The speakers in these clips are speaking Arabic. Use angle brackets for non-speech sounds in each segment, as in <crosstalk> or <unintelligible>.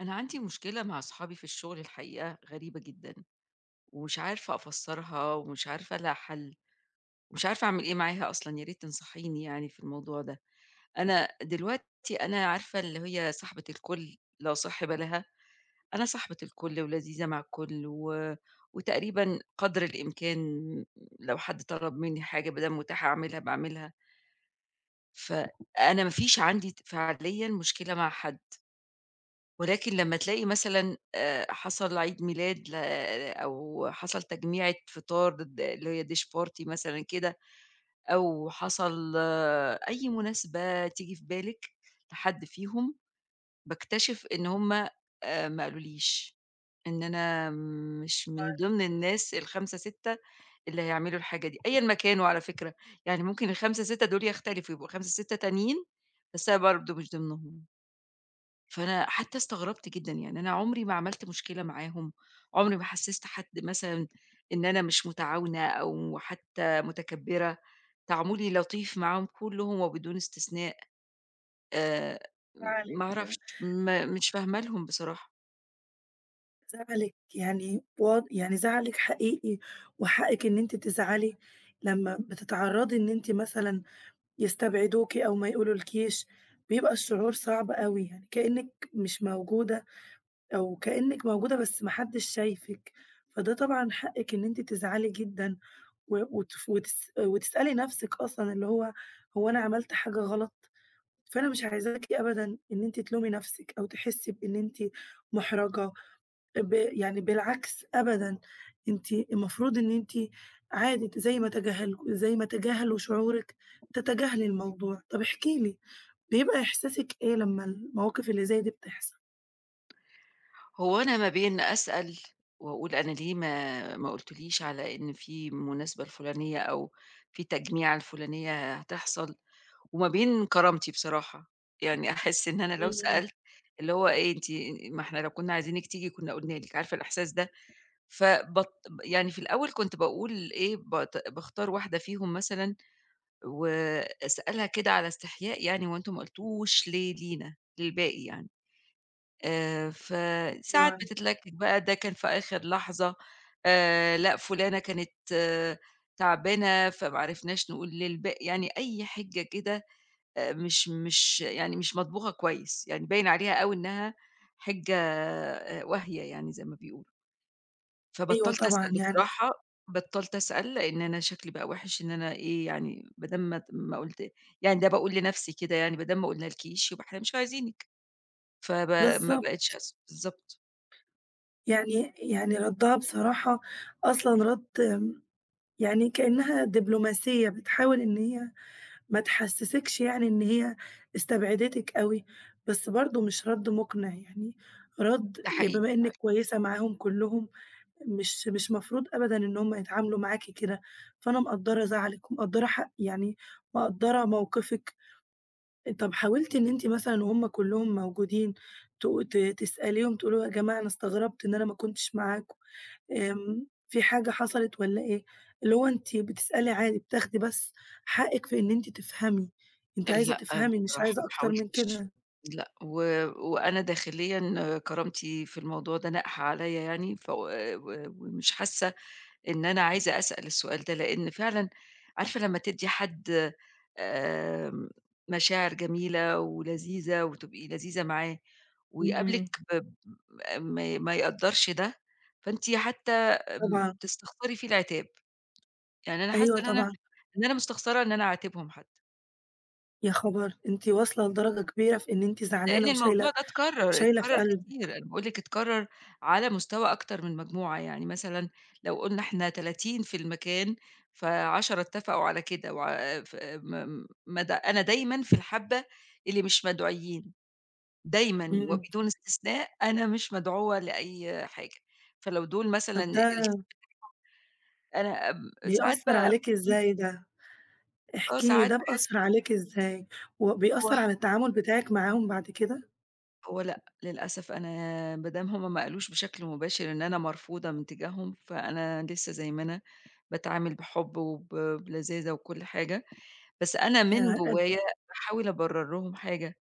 أنا عندي مشكلة مع أصحابي في الشغل الحقيقة غريبة جدًا، ومش عارفة أفسّرها ومش عارفة ألاقي حل، ومش عارفة أعمل إيه معاها أصلًا، يا ريت تنصحيني يعني في الموضوع ده. أنا دلوقتي عارفة اللي هي صاحبة الكل لا يصح بَلَها، أنا صاحبة الكل ولذيذة مع الكل و وتقريبًا قدر الإمكان، لو حد طلب منّي حاجة ما دام متاحة باعملها، فأنا ما فيش عندي فعليًا مشكلة مع حد. ولكن لمّا تلاقي مثلًا حصل عيد ميلاد أو حصل تجميعة فطار اللي هي dish party مثلًا كده، أو حصل أي مناسبة تيجي في بالِك لحد فيهم، باكتشف إن هُم ما قالوليش، إن أنا مش من طبعًا. ضمن الناس ال5، 6 اللي هيعملوا الحاجة دي، أيًا ما كانوا على فكرة، يعني ممكن ال5، 6 دول يختلفوا، يبقوا 5، 6 تانيين، بس أنا برضه مش ضمنهم. فأنا حتى استغربت جدًا، يعني أنا عمري ما عملت مشكلة معاهم، عمري ما حسّست حد مثلًا إن أنا مش متعاونة أو حتى متكبّرة، تعاملي لطيف معاهم كلّهم وبدون استثناء. آآ م زعلِك معرفش، ما أعرفش، ما مش فاهمة لهم بصراحة. زعلِك يعني واض يعني زعلِك حقيقي، وحقِّك إن أنتِ تزعلي لمّا بتتعرّضي إن أنتِ مثلًا يستبعدوكِ أو ما يقولولكيش، بيبقى الشعور صعب أوي، يعني كإنِّك مش موجودة أو كإنِّك موجودة بس ما حدش شايفِك، فده طبعًا حقِّك إن أنتِ تزعلي جدًا و وتف وتس وتسألي نَفْسِك أصلًا اللي هو هو أنا عملت حاجة غلط؟ فأنا مش عايزاكِ أبدًا إن أنتِ تلومي نَفْسِك أو تحسّي بإن أنتِ مُحرَجة، يعني بالعكس أبدًا، أنتِ المفروض إن أنتِ عادي، ت زي ما تجاهل زي ما تجاهلوا شعورِك تتجاهلي الموضوع. طب احكي لي، بيبقى إحساسِك إيه لمّا المواقف اللي زي دي بتحصل؟ هو أنا ما بين أسأل وأقول أنا ليه ما قُلتوليش على إن في المناسبة الفُلانية أو في التجميعة الفُلانية هتحصل، وما بين كرامتي بصراحة، يعني أحس إن أنا لو إمم، سألت اللي هو إيه أنتِ ما إحنا لو كنا عايزينِك تيجي كنا قُلنا لِك، عارفة الإحساس ده؟ فبط يعني في الأول كنت باقول إيه باختار واحدة فيهم مثلًا وأسألها كده على استحياء، يعني هو أنتم ما قُلتوش ليه لينا، للباقي يعني. فساعات أيوه. بتتلكك بقى ده كان في آخر لحظة، لأ فلانة كانت تعبانة فما عرفناش نقول للباقي، يعني أي حِجة كده، مش مش يعني مش مطبوخة كويس، يعني باين عليها أوي إنها حِجة واهية يعني زي ما بيقولوا. أيوه فبطّلت طبعًا، أسأل يعني بصراحة، بطّلت أسأل لإن أنا شكلي بقى وِحِش، إن أنا إيه يعني ما دام ما قلت، يعني ده باقول لنَفْسي كده يعني ما دام ما قُلنالكيش يبقى إحنا مش عايزينِك، فب ما بالضبط، بقيتش أسأل، بالضبط. يعني ردّها بصراحة أصلًا رَد، يعني كإنها دبلوماسية بتحاول إن هي ما تحسّسكش، يعني إن هي استبعدتِك أوي، بس برضه مش رَد مُقنع، يعني رَد ده ي بما حقيقي. إنِّك كويسة معاهم كلّهم، مش مفروض أبدًا إن هم يتعاملوا معاكِ كده، فأنا مقدّرة زعلِك ومقدّرة حق، يعني مقدّرة موقفِك. طَب حاولتِ إن أنتِ مثلًا وهم كلّهم موجودين ت ت تسأليهم تقولي له: "يا جماعة أنا استغربت إن أنا ما كنتش معاكم." في حاجة حصلت والّا إيه؟ اللي هو أنتِ بتسألي عادي، بتاخدي بس حقِّك في إن أنتِ تفهمي، أنتِ عايزة لأ، تفهمي مش بصراحة ما عايزة أكتر من حاولتش. كده. لأ، و وأنا داخليًا كرامتي في الموضوع ده ناقحة عليّا يعني، ف و ومش حاسة إن أنا عايزة أسأل السؤال ده، لإن فعلًا عارفة لمّا تدّي حد آمم، مشاعر جميلة ولذيذة وتبقي لذيذة معاه ويقابلك إمم. ما يقدّرش ده، فأنتِ حتى طبعًا. تستخسري فيه العتاب. يعني أنا حاسة أيوه إن أنا طبعًا. إن أنا مستخسرة إن أنا أعاتبهم حتى. يا خبر! أنتِ واصلة لدرجة كبيرة في إن أنتِ لإن زعلانة الموضوع وشايلة ده اتكرر، وشايلة في اتكرر قلبِك. كتير، أنا باقول لِك اتكرر على مستوى أكتر من مجموعة، يعني مثلًا لو قُلنا إحنا 30 في المكان، ف10 اتفقوا على كده وع ف م مد أنا دايمًا في الحبة اللي مش مدعويين، دايمًا إمم. وبدون استثناء أنا مش مدعوة لأي حاجة. فلو دول مثلًا طب الت ده أنا ب ساعات ب بيأثّر عليكِ إمم، إزاي ده؟ آه، احكي لي ساعات ده باحس بأثّر عليكِ إزاي؟ هو وبيأثّر على التعامل بتاعِك معاهم بعد كده؟ هو لأ، للأسف أنا ما دام هم ما قالوش بشكل مباشر إن أنا مرفوضة من تجاههم، فأنا لسه زي ما أنا باتعامل بحب وب بلذاذة وكل حاجة، بس أنا ده من أد جوايا باحاول أبرر لهم حاجة،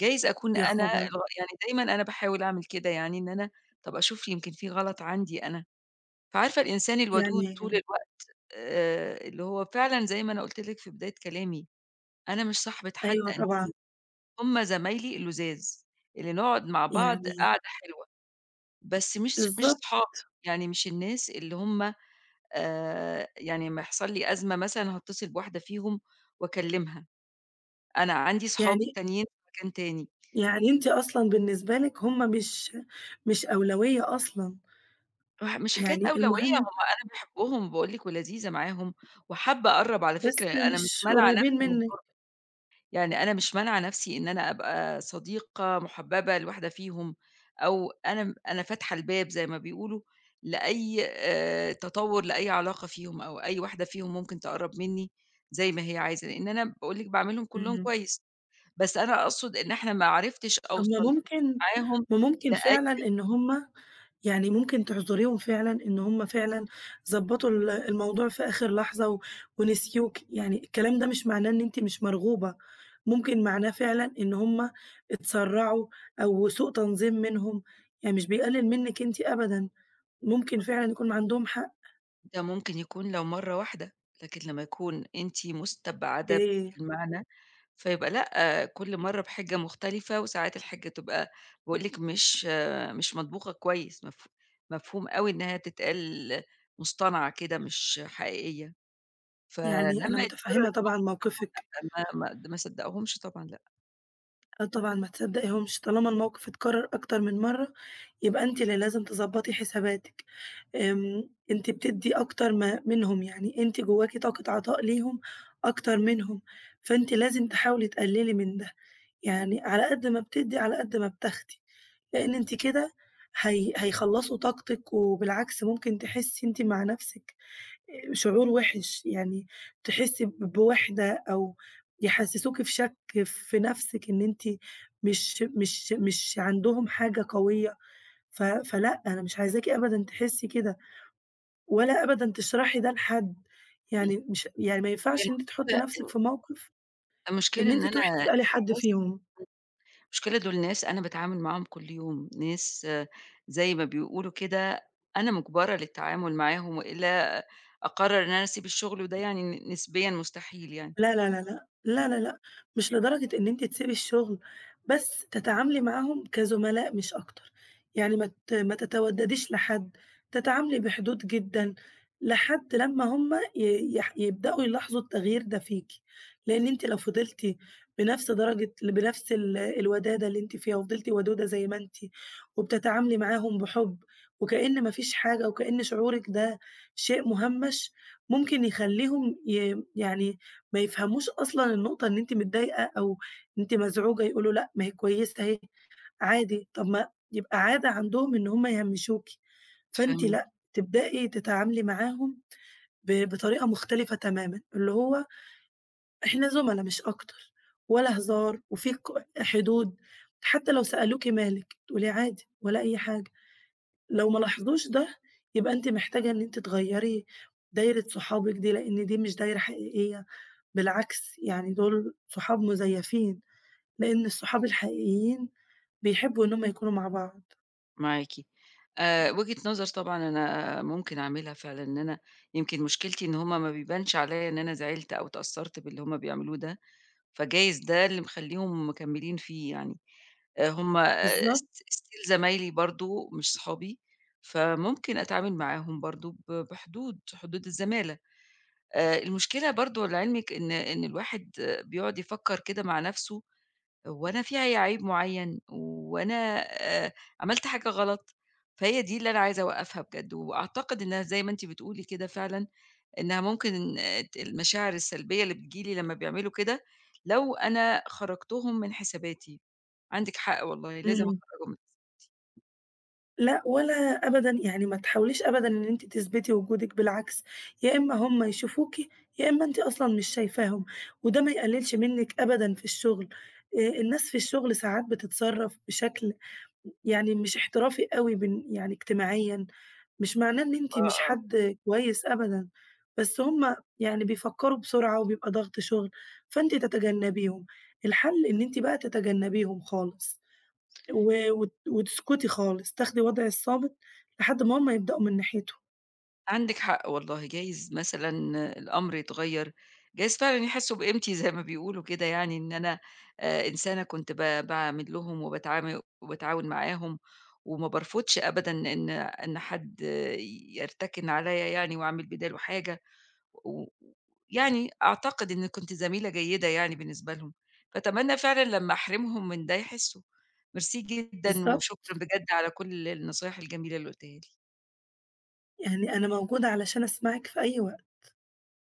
جايز أكون يا أنا خبر! يعني دايمًا أنا باحاول أعمل كده يعني إن أنا طَب أشوف يمكن في غلط عندي أنا، فعارفة الإنسان الودود طول يعني الوقت اللي هو فعلًا زي ما أنا قُلت لِك في بداية كلامي، أنا مش صاحبة حد أيوه أنتيم، طبعًا، هم زمايلي اللُذاذ، اللي نقعد مع بعض يعني قعدة حلوة. بس مش بالضبط، صحابي، يعني مش الناس اللي هم يعني لمّا يحصل لي أزمة مثلًا هاتصل بواحدة فيهم وأكلمها، أنا عندي صحابي يعني التانيين في مكان تاني. يعني أنتِ أصلًا بالنسبة لِك هم مش أولوية أصلًا، مش حكاية يعني أولوية، هم المهم أنا باحبهم باقول لِك ولذيذة معاهم، وحابة أقرّب على بس فكرة، أنا مش مش مانعة قريبين نفْسي من، منِّك. يعني أنا مش مانعة نفسي إن أنا أبقى صديقة محببة لواحدة فيهم، أو أنا فاتحة الباب زي ما بيقولوا لأي تطوُّر لأي علاقة فيهم، أو أي واحدة فيهم ممكن تقرّب منّي زي ما هي عايزة، لإن أنا باقول لِك باعاملهم كلّهم إمم. كويس، بس أنا أقصد إن إحنا ما عرفتش طب ما أوصل ممكن معاهم ما ممكن لأي فعلًا إن هم يعني ممكن تعذريهم فعلًا إن هم فعلًا ضبّطوا الموضوع في آخر لحظة و ونسيوكِ، يعني الكلام ده مش معناه إن أنتِ مش مرغوبة، ممكن معناه فعلًا إن هم اتسرّعوا أو سوء تنظيم منهم، يعني مش بيقلل منِّك أنتِ أبدًا، ممكن فعلًا يكون عندهم حق. ده ممكن يكون لو مرّة واحدة، لكن لمّا يكون أنتِ مستبعدة أوكي. المعنى، فيبقى لأ، كل مرّة بحِجة مختلفة، وساعات الحِجة تبقى باقول لِك مش مش مطبوخة كويس، مفهوم أوي إنها تتقال مصطنعة كده مش حقيقية، يعني أنا فلمّا يتكرر متفهّمة طبعًا موقفِك. ما صدّقهمش طبعًا لأ. آه طبعًا ما تصدّقيهمش، طالما الموقف اتكرر أكتر من مرّة، يبقى أنتِ اللي لازم تضبّطي حساباتِك. آمم، أنتِ بتدّي أكتر ما منهم، يعني أنتِ جواكِ طاقة عطاء ليهم أكتر منهم، فأنتِ لازم تحاولي تقلّلي من ده، يعني على قد ما بتدّي، على قد ما بتاخدي، لإن أنتِ كده هيخلّصوا طاقتِك، وبالعكس ممكن تحسّي أنتِ مع نفسِك شعور وِحِش، يعني تحسّي بوِحدة أو يحسّسوكِ في شَك في نَفْسِك إن أنتِ مش عندهم حاجة قوية، فلأ، أنا مش عايزاكِ أبدًا تحسّي كده ولا أبدًا تشرحي ده لحد، يعني إمم، مش يعني ما هي ينفعش إن أنتِ تحُطّي المشكلة نَفْسِك في موقِف المشكلة إن إن أنتِ تروحي أنا <laughs> تسألي حد <unintelligible> فيهم. المشكلة دول ناس أنا باتعامل معاهم كل يوم، ناس زي ما بيقولوا كده أنا مُجبرة للتعامل معاهم، وإلا أقرر إن أنا أسيب الشغل، وده يعني نسبيًا مستحيل يعني. لا، لا، لا، لأ، لا، لا، لأ، مش لدرجة إن أنتِ تسيبي الشغل، بس تتعاملي معاهم كزملاء مش أكتر، يعني ما تتودّديش لحد، تتعاملي بحدود جدًا، لحد لمّا هُم ي يح يبدأوا يلاحظوا التغيير ده فيكِ، لإن أنتِ لو فضلتِ بنفس درجة، بنفس الودادة اللي أنتِ فيها وفضلتِ ودودة زي ما أنتِ، وبتتعاملي معاهم بحُب وكأن ما فيش حاجة وكأن شعورِك ده شيء مُهمّش، ممكن يخلّيهم يعني ما يفهموش أصلًا النقطة إن أنتِ متضايقة أو أنتِ مزعوجة، يقولوا لأ ما هي كويسة أهي عادي، طب ما يبقى عادة عندهم إن هم يهمِّشوكِ، فأنتِ فاهماكِ، لأ، تبدئي تتعاملي معاهم بطريقة مختلفة تمامًا، اللي هو إحنا زُملا مش أكتر، ولا هزار وفي حدود، حتى لو سألوكِ مالِك تقولي عادي ولا أي حاجة. لو ما لاحظوش ده، يبقى أنتِ محتاجة إن أنتِ تغيّري دايرة صحابِك دي، لإن دي مش دايرة حقيقية، بالعكس يعني دول صحاب مزيفين، لإن الصحاب الحقيقيين بيحبوا إن هُم يكونوا مع بعض. معاكِ. وجهة نظر طبعًا أنا ممكن أعملها فعلًا، إن أنا يمكن مشكلتي إن هم ما بيبانش عليَّ إن أنا زعلت أو اتأثرت باللي هم بيعملوه ده، فجايز ده اللي مخلّيهم مكملين فيه يعني. هم بالضبط. Still زمايلي برضه مش صحابي، فممكن أتعامل معاهم برضه بحدود، حدود الزمالة. المشكلة برضه لعلمِك إن الواحد بيقعد يفكّر كده مع نَفْسه، هو أنا في أي عيب معيّن، وأنا آآ عملت حاجة غلط؟ فهي دي اللي أنا عايزة أوقّفها بجد، وأعتقد إنها زي ما أنتِ بتقولي كده فعلًا إنها ممكن المشاعر السلبية اللي بتيجي لي لمّا بيعملوا كده، لو أنا خرجتهم من حساباتي. عندِك حق والله، لازم إمم. أخرجهم. لأ ولا أبدًا، يعني ما تحاوليش أبدًا إن أنتِ تثبتي وجودِك، بالعكس يا إما هُم يشوفوكِ، يا إما أنتِ أصلًا مش شايفاهم، وده ما يقللش منِّك أبدًا في الشغل، الناس في الشغل ساعات بتتصرف بشكل يعني مش احترافي أوي يعني اجتماعيًا، مش معناه إن أنتِ آه، مش آه. حد كويس أبدًا، بس هُم يعني بيفكّروا بسرعة وبيبقى ضغط شغل، فأنتِ تتجنّبيهم. الحل إن أنتِ بقى تتجنّبيهم خالص و وت وتسكتي خالص، تاخدي وضع الصامت لحد ما هُم يبدأوا من ناحيتهم. عندِك حق والله، جايز مثلًا الأمر يتغيّر، جايز فعلًا يحسّوا بقيمتي زي ما بيقولوا كده يعني، إن أنا إنسانة كنت باعامل لهم وباتعاون معاهم، وما بارفضش أبدًا إن حد يرتكن عليّا يعني وأعمل بداله حاجة. و يعني أعتقد إن كنت زميلة جيدة يعني بالنسبة لهم، فأتمنى فعلًا لمّا أحرمهم من ده يحسّوا. ميرسي جدًا بالضبط، وشكرًا بجد على كل النصايح الجميلة اللي قُلتها لي. يعني أنا موجودة علشان أسمعِك في أي وقت.